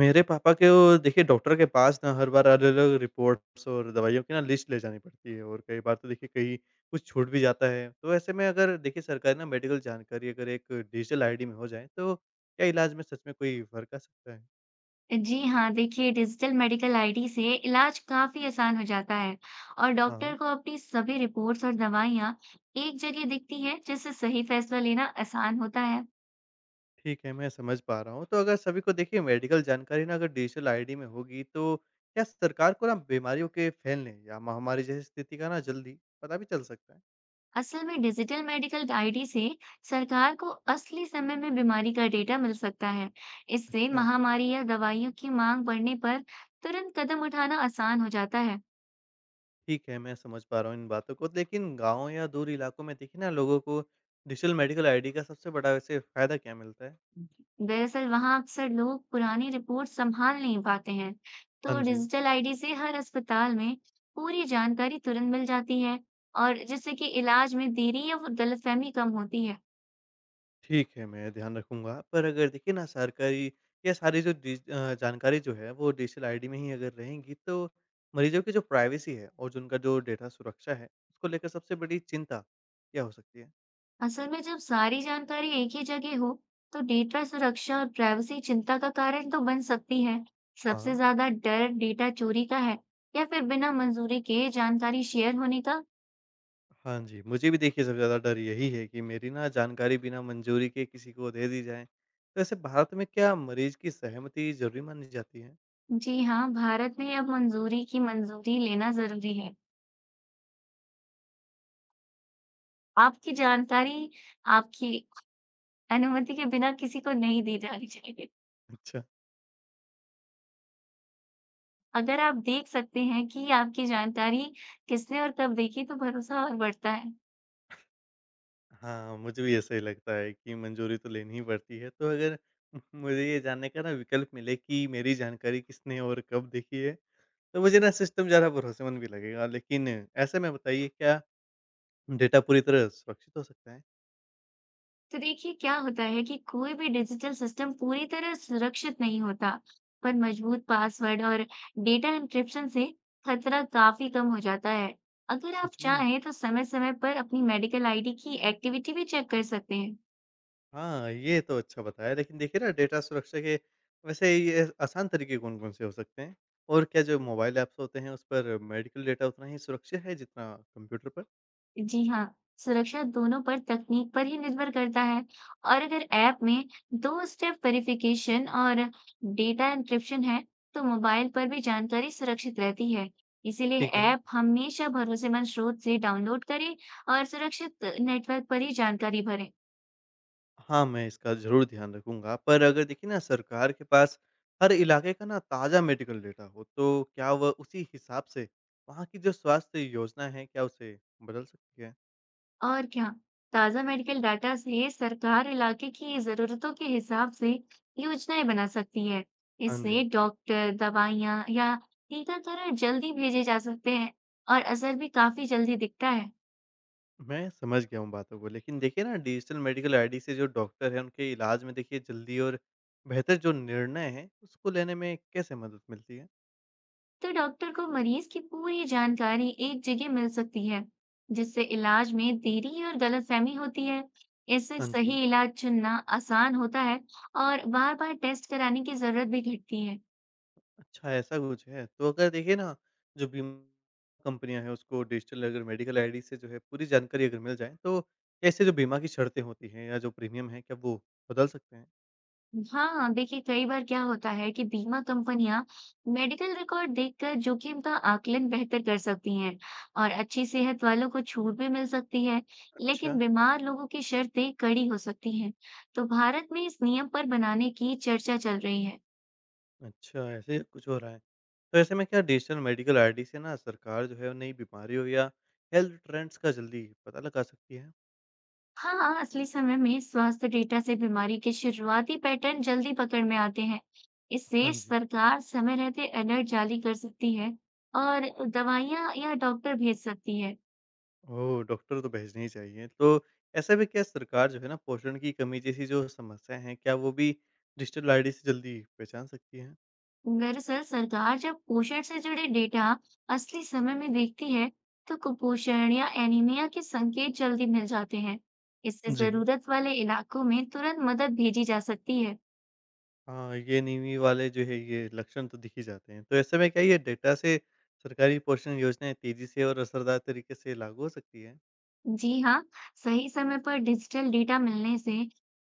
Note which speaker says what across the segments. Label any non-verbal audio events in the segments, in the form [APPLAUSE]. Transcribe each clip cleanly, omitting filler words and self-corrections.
Speaker 1: मेरे पापा के वो देखिए डॉक्टर के पास ना हर बार अलग-अलग रिपोर्ट्स और दवाइयों की ना लिस्ट ले जानी पड़ती है और कई बार तो देखिए कहीं कुछ छूट भी जाता है। तो ऐसे में अगर देखिए सरकारी ना मेडिकल जानकारी अगर एक डिजिटल आईडी में हो जाए तो क्या इलाज में सच में कोई फ़र्क आ सकता है?
Speaker 2: जी हाँ, देखिए डिजिटल मेडिकल आईडी से इलाज काफी आसान हो जाता है और
Speaker 1: हाँ,
Speaker 2: डॉक्टर को अपनी सभी रिपोर्ट्स और दवाइयाँ एक जगह दिखती है जिससे सही फैसला लेना आसान होता है।
Speaker 1: ठीक है, मैं समझ पा रहा हूँ। तो अगर सभी को देखिए मेडिकल जानकारी ना अगर डिजिटल आईडी में होगी तो क्या सरकार को ना बीमारियों के फैलने या महामारी जैसी स्थिति का ना जल्दी पता भी चल सकता है?
Speaker 2: असल में डिजिटल मेडिकल आईडी से सरकार को असली समय में बीमारी का डेटा मिल सकता है। इससे
Speaker 1: अच्छा।
Speaker 2: महामारी या दवाइयों की मांग बढ़ने पर तुरंत कदम उठाना आसान हो जाता है।
Speaker 1: ठीक है, मैं समझ पा रहा हूँ इन बातों को। लेकिन गाँव या दूर इलाकों में देखिए ना लोगों को डिजिटल मेडिकल आईडी का सबसे बड़ा वैसे फ़ायदा क्या मिलता है?
Speaker 2: दरअसल वहां अक्सर लोग पुरानी रिपोर्ट संभाल नहीं पाते हैं, तो
Speaker 1: हाँ जी।
Speaker 2: डिजिटल आईडी से हर अस्पताल में पूरी जानकारी तुरंत मिल जाती है और जिससे कि इलाज में देरी या वो गलतफहमी कम होती है।
Speaker 1: ठीक है, मैं ध्यान रखूँगा। पर अगर देखिए ना सरकारी या सारी जो जानकारी जो है वो डिजिटल आईडी में ही अगर रहेंगी तो मरीज़ों की जो प्राइवेसी है और जो उनका जो डेटा सुरक्षा है, उसको लेकर सबसे बड़ी चिंता क्या हो सकती है?
Speaker 2: असल में जब सारी जानकारी एक ही जगह हो, तो डेटा सुरक्षा और प्राइवेसी चिंता का कारण तो बन सकती है। सबसे
Speaker 1: हाँ।
Speaker 2: ज्यादा डर डेटा चोरी का है या फिर बिना मंजूरी के जानकारी शेयर होने का।
Speaker 1: हाँ जी, मुझे भी देखिए सबसे ज़्यादा डर यही है कि मेरी ना जानकारी बिना मंजूरी के किसी को दे दी जाए। तो वैसे भारत में क्या मरीज़ की सहमति ज़रूरी मानी जाती है?
Speaker 2: जी हाँ, भारत में अब मंजूरी लेना जरूरी है। आपकी जानकारी आपकी अनुमति के बिना किसी को नहीं दी जानी चाहिए।
Speaker 1: अच्छा।
Speaker 2: अगर आप देख सकते हैं कि आपकी जानकारी किसने और कब देखी तो भरोसा और बढ़ता है।
Speaker 1: हाँ, मुझे भी ऐसा ही लगता है कि मंजूरी तो लेनी ही पड़ती है। तो अगर [LAUGHS] मुझे ये जानने का ना विकल्प मिले कि मेरी जानकारी किसने और कब देखी है, तो मुझे ना सिस्टम ज़्यादा भरोसेमंद भी लगेगा। लेकिन ऐसे में बताइए क्या डेटा पूरी तरह सुरक्षित हो सकता है?
Speaker 2: तो देखिए क्या होता है कि कोई भी डिजिटल सिस्टम पूरी तरह सुरक्षित नहीं होता, पर मजबूत पासवर्ड और डेटा एन्क्रिप्शन से खतरा काफ़ी कम हो जाता है। अगर आप
Speaker 1: सच में?
Speaker 2: चाहें तो समय-समय पर अपनी मेडिकल आईडी की एक्टिविटी भी चेक कर सकते हैं।
Speaker 1: हाँ, ये तो अच्छा बताया। लेकिन देखिए ना डेटा सुरक्षा के वैसे ये आसान तरीके कौन-कौन से हो सकते हैं? और क्या जो मोबाइल ऐप्स होते हैं उस पर मेडिकल डेटा उतना ही सुरक्षित है जितना कंप्यूटर पर?
Speaker 2: जी हाँ, सुरक्षा दोनों पर तकनीक पर ही निर्भर करता है और अगर ऐप में दो स्टेप वेरिफिकेशन और डेटा एन्क्रिप्शन है, तो मोबाइल पर भी जानकारी सुरक्षित रहती है। इसीलिए
Speaker 1: ठीक है।
Speaker 2: ऐप हमेशा भरोसेमंद स्रोत से डाउनलोड करें और सुरक्षित नेटवर्क पर ही जानकारी भरें।
Speaker 1: हाँ, मैं इसका ज़रूर ध्यान रखूँगा। पर अगर देखिए ना सरकार के पास हर इलाके का ना ताज़ा मेडिकल डेटा हो तो क्या वह उसी हिसाब से वहाँ की जो स्वास्थ्य योजना है क्या उसे बदल सकती है?
Speaker 2: और क्या, ताज़ा मेडिकल डाटा से सरकार इलाके की ज़रूरतों के हिसाब से योजनाएं बना सकती है।
Speaker 1: हाँ
Speaker 2: इससे
Speaker 1: जी।
Speaker 2: डॉक्टर, दवाइयाँ या टीकाकरण जल्दी भेजे जा सकते हैं और असर भी काफ़ी जल्दी दिखता है।
Speaker 1: मैं समझ गया हूँ बातों को, लेकिन देखिए ना डिजिटल मेडिकल आईडी से जो डॉक्टर हैं उनके इलाज में देखिए जल्दी और बेहतर जो निर्णय हैं उसको लेने में कैसे मदद मिलती है?
Speaker 2: तो डॉक्टर को मरीज़ की पूरी जानकारी एक जगह मिल सकती है, जिससे इलाज में देरी और गलतफहमी होती है। इससे
Speaker 1: हाँ जी।
Speaker 2: सही इलाज चुनना आसान होता है और बार-बार टेस्ट कराने की ज़रूरत भी घटती है।
Speaker 1: अच्छा ऐसा कुछ है, तो अगर देखिए ना जो बीमा कंपनियाँ हैं उसको डिजिटल अगर मेडिकल आईडी से जो है पूरी जानकारी अगर मिल जाए तो ऐसे जो बीमा की शर्तें होती हैं या जो प्रीमियम है क्या वो बदल सकते हैं?
Speaker 2: हाँ, देखिए कई बार क्या होता है कि बीमा कंपनियां मेडिकल रिकॉर्ड देखकर जोखिम का आकलन बेहतर कर सकती हैं और अच्छी सेहत वालों को छूट भी मिल सकती है,
Speaker 1: अच्छा।
Speaker 2: लेकिन बीमार लोगों की शर्तें कड़ी हो सकती हैं। तो भारत में इस नियम पर बनाने की चर्चा चल रही है।
Speaker 1: अच्छा, ऐसे कुछ हो रहा है। तो ऐसे में क्या डिजिटल मेडिकल आईडी से ना सरकार जो है नई बीमारियों या हेल्थ ट्रेंड्स का जल्दी पता लगा सकती है?
Speaker 2: हाँ, असली समय में स्वास्थ्य डेटा से बीमारी के शुरुआती पैटर्न जल्दी पकड़ में आते हैं। इससे
Speaker 1: हाँ जी।
Speaker 2: सरकार समय रहते अलर्ट जारी कर सकती है और दवाइयाँ या डॉक्टर भेज सकती है।
Speaker 1: ओह! डॉक्टर तो भेजने ही चाहिए। तो ऐसे में क्या सरकार जो है ना पोषण की कमी जैसी जो समस्याएँ हैं, क्या वो भी डिजिटल आईडी से जल्दी पहचान सकती है?
Speaker 2: दरअसल सरकार जब पोषण से जुड़े डेटा असली समय में देखती है, तो कुपोषण या एनीमिया के संकेत जल्दी मिल जाते हैं। इससे
Speaker 1: जी
Speaker 2: जरूरत वाले इलाकों में तुरंत मदद भेजी जा सकती है।
Speaker 1: हाँ, ये नीवी वाले जो है ये लक्षण तो दिख ही जाते हैं। तो ऐसे में क्या ये डेटा से सरकारी पोषण योजनाएँ तेज़ी से और असरदार तरीके से लागू हो सकती है?
Speaker 2: जी हाँ, सही समय पर डिजिटल डेटा मिलने से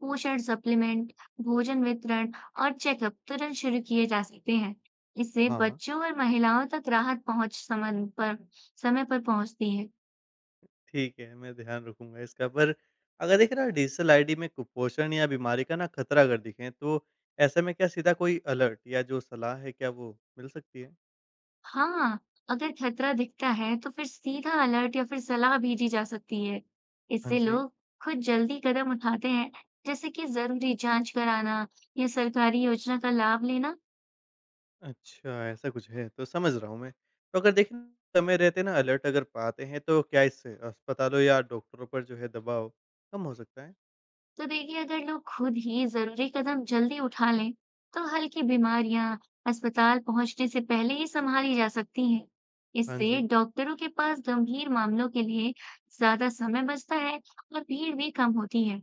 Speaker 2: पोषण सप्लीमेंट, भोजन वितरण और चेकअप तुरंत शुरू किए जा सकते हैं। इससे
Speaker 1: हाँ।
Speaker 2: बच्चों और महिलाओं तक राहत पहुंच समय पर पहुंचती है।
Speaker 1: ठीक है, मैं ध्यान रखूँगा इसका। पर अगर देखिए ना डिजिटल आईडी में कुपोषण या बीमारी का ना खतरा अगर दिखे, तो ऐसे में क्या सीधा कोई अलर्ट या जो सलाह है क्या वो मिल सकती है?
Speaker 2: हाँ, अगर खतरा दिखता है तो फिर सीधा अलर्ट या फिर सलाह भेजी जा सकती है।
Speaker 1: हाँ
Speaker 2: इससे
Speaker 1: जी।
Speaker 2: लोग खुद जल्दी कदम उठाते हैं, जैसे कि जरूरी जांच कराना या सरकारी योजना का लाभ लेना।
Speaker 1: अच्छा, ऐसा कुछ है, तो समझ रहा हूँ मैं। तो अगर देखिए समय रहते ना अलर्ट अगर पाते हैं, तो क्या इससे अस्पतालों या डॉक्टरों पर जो है दबाव कम हो सकता है?
Speaker 2: तो देखिए, अगर लोग खुद ही जरूरी कदम जल्दी उठा लें, तो हल्की बीमारियां अस्पताल पहुंचने से पहले ही संभाली जा सकती हैं।
Speaker 1: हाँ
Speaker 2: इससे
Speaker 1: जी।
Speaker 2: डॉक्टरों के पास गंभीर मामलों के लिए ज्यादा समय बचता है और भीड़ भी कम होती है।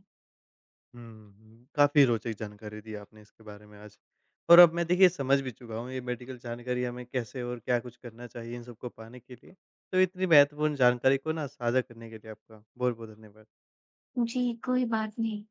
Speaker 1: हुँ, काफ़ी रोचक जानकारी दी आपने इसके बारे में आज। और अब मैं देखिए समझ भी चुका हूँ ये मेडिकल जानकारी हमें कैसे और क्या कुछ करना चाहिए इन सबको पाने के लिए। तो इतनी महत्वपूर्ण जानकारी को ना साझा करने के लिए आपका बहुत-बहुत धन्यवाद।
Speaker 2: जी, कोई बात नहीं।